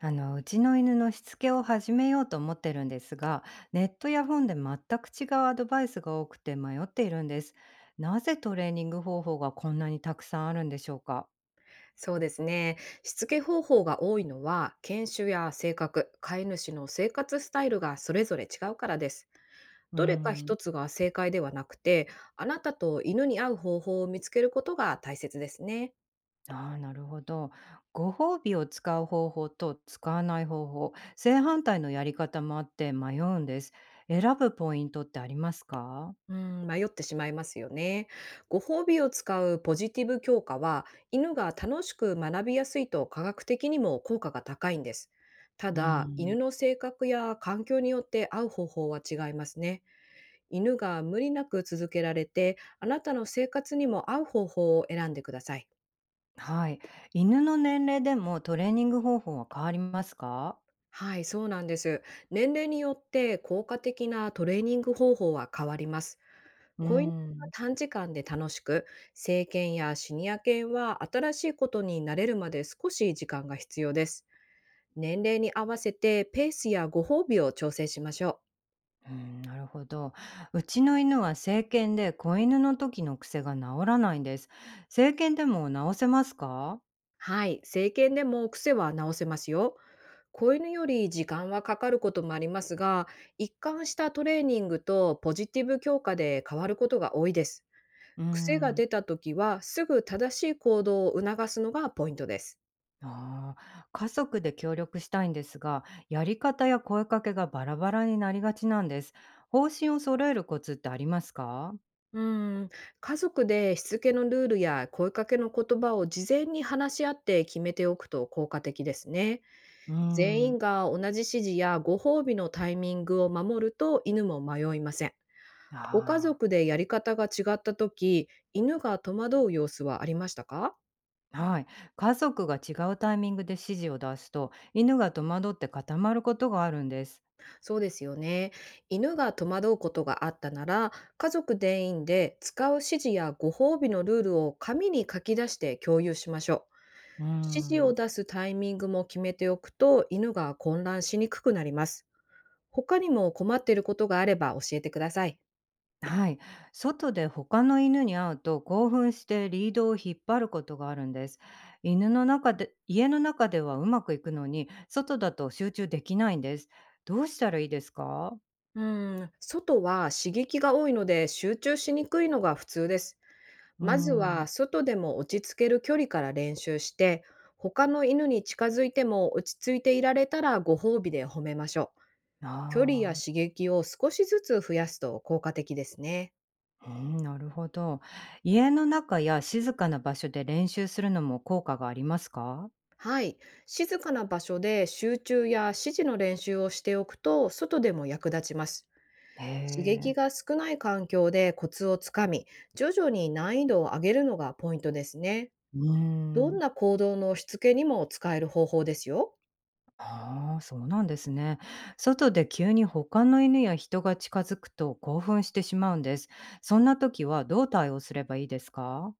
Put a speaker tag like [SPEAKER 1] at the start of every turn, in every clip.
[SPEAKER 1] うちの犬のしつけを始めようと思ってるんですが、ネットや本で全く違うアドバイスが多くて迷っているんです。なぜトレーニング方法がこんなにたくさんあるんでしょうか？
[SPEAKER 2] そうですね。しつけ方法が多いのは、犬種や性格、飼い主の生活スタイルがそれぞれ違うからです。
[SPEAKER 1] うー
[SPEAKER 2] どれか
[SPEAKER 1] ん。
[SPEAKER 2] 一つが正解ではなくて、あなたと犬に合う方法を見つけることが大切ですね。
[SPEAKER 1] ああー、なるほど。ご褒美を使う方法と使わない方法、正反対のやり方もあって迷うんです。選ぶポイントってありますか？
[SPEAKER 2] うん、迷ってしまいますよね。ご褒美を使うポジティブ強化は、犬が楽しく学びやすいと科学的にも効果が高いんです。た
[SPEAKER 1] うー
[SPEAKER 2] だ、
[SPEAKER 1] ん。
[SPEAKER 2] 犬の性格や環境によって合う方法は違いますね。犬が無理なく続けられて、あなたの生活にも合う方法を選んでください。
[SPEAKER 1] はい。犬の年齢でもトレーニング方法は変わりますか？
[SPEAKER 2] はい、そうなんです。年齢によって効果的なトレーニング方法は変わります。
[SPEAKER 1] うー
[SPEAKER 2] 子犬は
[SPEAKER 1] ん。
[SPEAKER 2] 短時間で楽しく、成犬やシニア犬は新しいことに慣れるまで少し時間が必要です。年齢に合わせてペースやご褒美を調整しましょう。
[SPEAKER 1] うーん、なるほど。うちの犬は成犬で、子犬の時の癖が治らないんです。成犬でも治せますか？
[SPEAKER 2] はい、成犬でも癖は直せますよ。子犬より時間はかかることもありますが、一貫したトレーニングとポジティブ強化で変わることが多いです。
[SPEAKER 1] うー
[SPEAKER 2] 癖が
[SPEAKER 1] ん。
[SPEAKER 2] 出た時はすぐ正しい行動を促すのがポイントです。
[SPEAKER 1] ああ、家族で協力したいんですが、やり方や声かけがバラバラになりがちなんです。方針を揃えるコツってありますか？
[SPEAKER 2] うん、家族でしつけのルールや声かけの言葉を事前に話し合って決めておくと効果的ですね。
[SPEAKER 1] うー
[SPEAKER 2] 全員
[SPEAKER 1] ん。
[SPEAKER 2] が同じ指示やご褒美のタイミングを守ると犬も迷いません。ご家
[SPEAKER 1] あ
[SPEAKER 2] 族でやり方が違った時、犬が戸惑う様子はありましたか？
[SPEAKER 1] あ、はい。家族が違うタイミングで指示を出すと、犬が戸惑って固まることがあるんです。
[SPEAKER 2] そうですよね。犬が戸惑うことがあったなら、家族全員で使う指示やご褒美のルールを紙に書き出して共有しましょう。
[SPEAKER 1] うー
[SPEAKER 2] 指示を
[SPEAKER 1] ん。
[SPEAKER 2] 出すタイミングも決めておくと、犬が混乱しにくくなります。他にも困っていることがあれば教えてください。
[SPEAKER 1] はい。外で他の犬に会うと興奮してリードを引っ張ることがあるんです。犬の中で、家の中ではうまくいくのに、外だと集中できないんです。どうしたらいいですか？
[SPEAKER 2] うん、外は刺激が多いので集中しにくいのが普通です。
[SPEAKER 1] うー
[SPEAKER 2] まずは
[SPEAKER 1] ん。
[SPEAKER 2] 外でも落ち着ける距離から練習して、他の犬に近づいても落ち着いていられたらご褒美で褒めましょう。距離や
[SPEAKER 1] あ
[SPEAKER 2] 刺激を少しずつ増やすと効果的ですね。
[SPEAKER 1] あ、うん、なるほど。家の中や静かな場所で練習するのも効果がありますか？
[SPEAKER 2] はい。静かな場所で集中や指示の練習をしておくと、外でも役立ちます。
[SPEAKER 1] へ
[SPEAKER 2] 刺激
[SPEAKER 1] え。
[SPEAKER 2] が少ない環境でコツをつかみ、徐々に難易度を上げるのがポイントですね。
[SPEAKER 1] うー
[SPEAKER 2] どん
[SPEAKER 1] ん。
[SPEAKER 2] な行動のしつけにも使える方法ですよ。
[SPEAKER 1] ああ、そうなんですね。外で急に他の犬や人が近づくと興奮してしまうんです。そんな時はどう対応すればいいですか？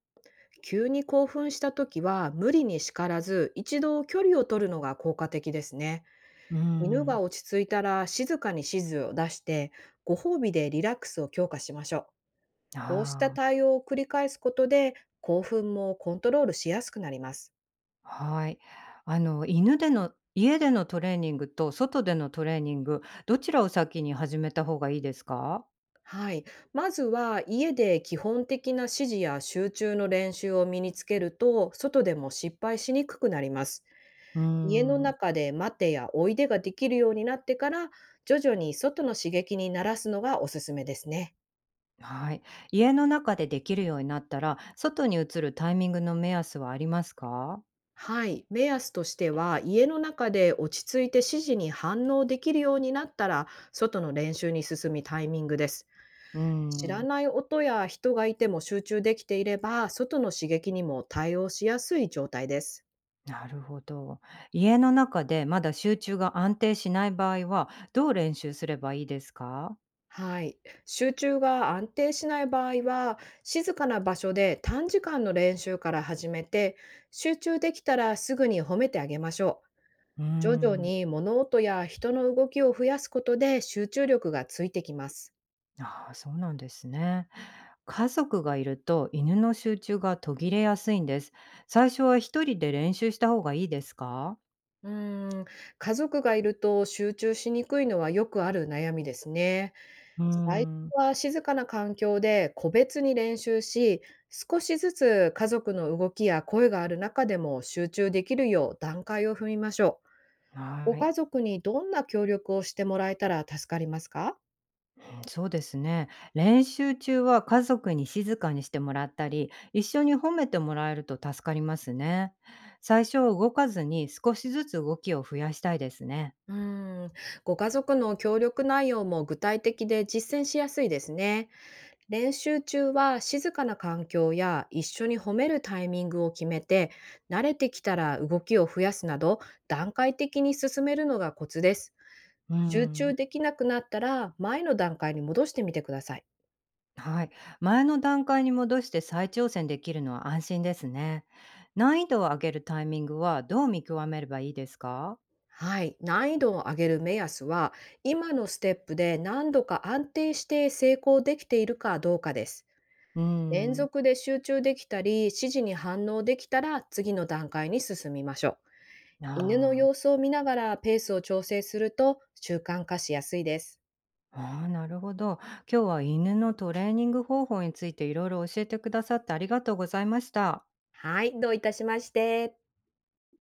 [SPEAKER 2] 急に興奮した時は無理に叱らず一度距離を取るのが効果的ですね。
[SPEAKER 1] うー
[SPEAKER 2] 犬が
[SPEAKER 1] ん。
[SPEAKER 2] 落ち着いたら静かに指示を出して、ご褒美でリラックスを強化しましょう。こうした
[SPEAKER 1] あ
[SPEAKER 2] 対応を繰り返すことで、興奮もコントロールしやすくなります。
[SPEAKER 1] あ、はい。犬での、家でのトレーニングと外でのトレーニング、どちらを先に始めた方がいいですか？
[SPEAKER 2] はい、まずは家で基本的な指示や集中の練習を身につけると、外でも失敗しにくくなります。
[SPEAKER 1] うー
[SPEAKER 2] 家の
[SPEAKER 1] ん。
[SPEAKER 2] 中で待てやおいでができるようになってから、徐々に外の刺激に慣らすのがおすすめですね。
[SPEAKER 1] はい。家の中でできるようになったら、外に移るタイミングの目安はありますか？
[SPEAKER 2] はい、目安としては家の中で落ち着いて指示に反応できるようになったら、外の練習に進むタイミングです。
[SPEAKER 1] うー
[SPEAKER 2] 知ら
[SPEAKER 1] ん。
[SPEAKER 2] ない音や人がいても集中できていれば、外の刺激にも対応しやすい状態です。
[SPEAKER 1] なるほど。家の中でまだ集中が安定しない場合は、どう練習すればいいですか？
[SPEAKER 2] はい。集中が安定しない場合は、静かな場所で短時間の練習から始めて、集中できたらすぐに褒めてあげましょう。
[SPEAKER 1] うー
[SPEAKER 2] 徐々
[SPEAKER 1] ん。
[SPEAKER 2] に物音や人の動きを増やすことで集中力がついてきます。
[SPEAKER 1] ああ、そうなんですね。家族がいると犬の集中が途切れやすいんです。最初は一人で練習した方がいいですか？
[SPEAKER 2] うーん、家族がいると集中しにくいのはよくある悩みですね。
[SPEAKER 1] うー
[SPEAKER 2] 最
[SPEAKER 1] ん、
[SPEAKER 2] 初は静かな環境で個別に練習し、少しずつ家族の動きや声がある中でも集中できるよう段階を踏みましょう。ご
[SPEAKER 1] はい、
[SPEAKER 2] 家族にどんな協力をしてもらえたら助かりますか？
[SPEAKER 1] うんそうですね。練習中は家族に静かにしてもらったり、一緒に褒めてもらえると助かりますね。最初は動かずに少しずつ動きを増やしたいですね。
[SPEAKER 2] うーん、ご家族の協力内容も具体的で実践しやすいですね。練習中は静かな環境や一緒に褒めるタイミングを決めて、慣れてきたら動きを増やすなど、段階的に進めるのがコツです。
[SPEAKER 1] う
[SPEAKER 2] 集中
[SPEAKER 1] ん、
[SPEAKER 2] できなくなったら前の段階に戻してみてください。
[SPEAKER 1] はい。前の段階に戻して再挑戦できるのは安心ですね。難易度を上げるタイミングはどう見極めればいいですか？
[SPEAKER 2] はい、難易度を上げる目安は、今のステップで何度か安定して成功できているかどうかです。
[SPEAKER 1] う
[SPEAKER 2] 連
[SPEAKER 1] ん。
[SPEAKER 2] 続で集中できたり、指示に反応できたら次の段階に進みましょう。
[SPEAKER 1] あ
[SPEAKER 2] 犬の
[SPEAKER 1] ー
[SPEAKER 2] 様子を見ながらペースを調整すると習慣化しやすいです。
[SPEAKER 1] あー、なるほど。今日は犬のトレーニング方法についていろいろ教えてくださってありがとうございました。
[SPEAKER 2] はい、どういたしまして。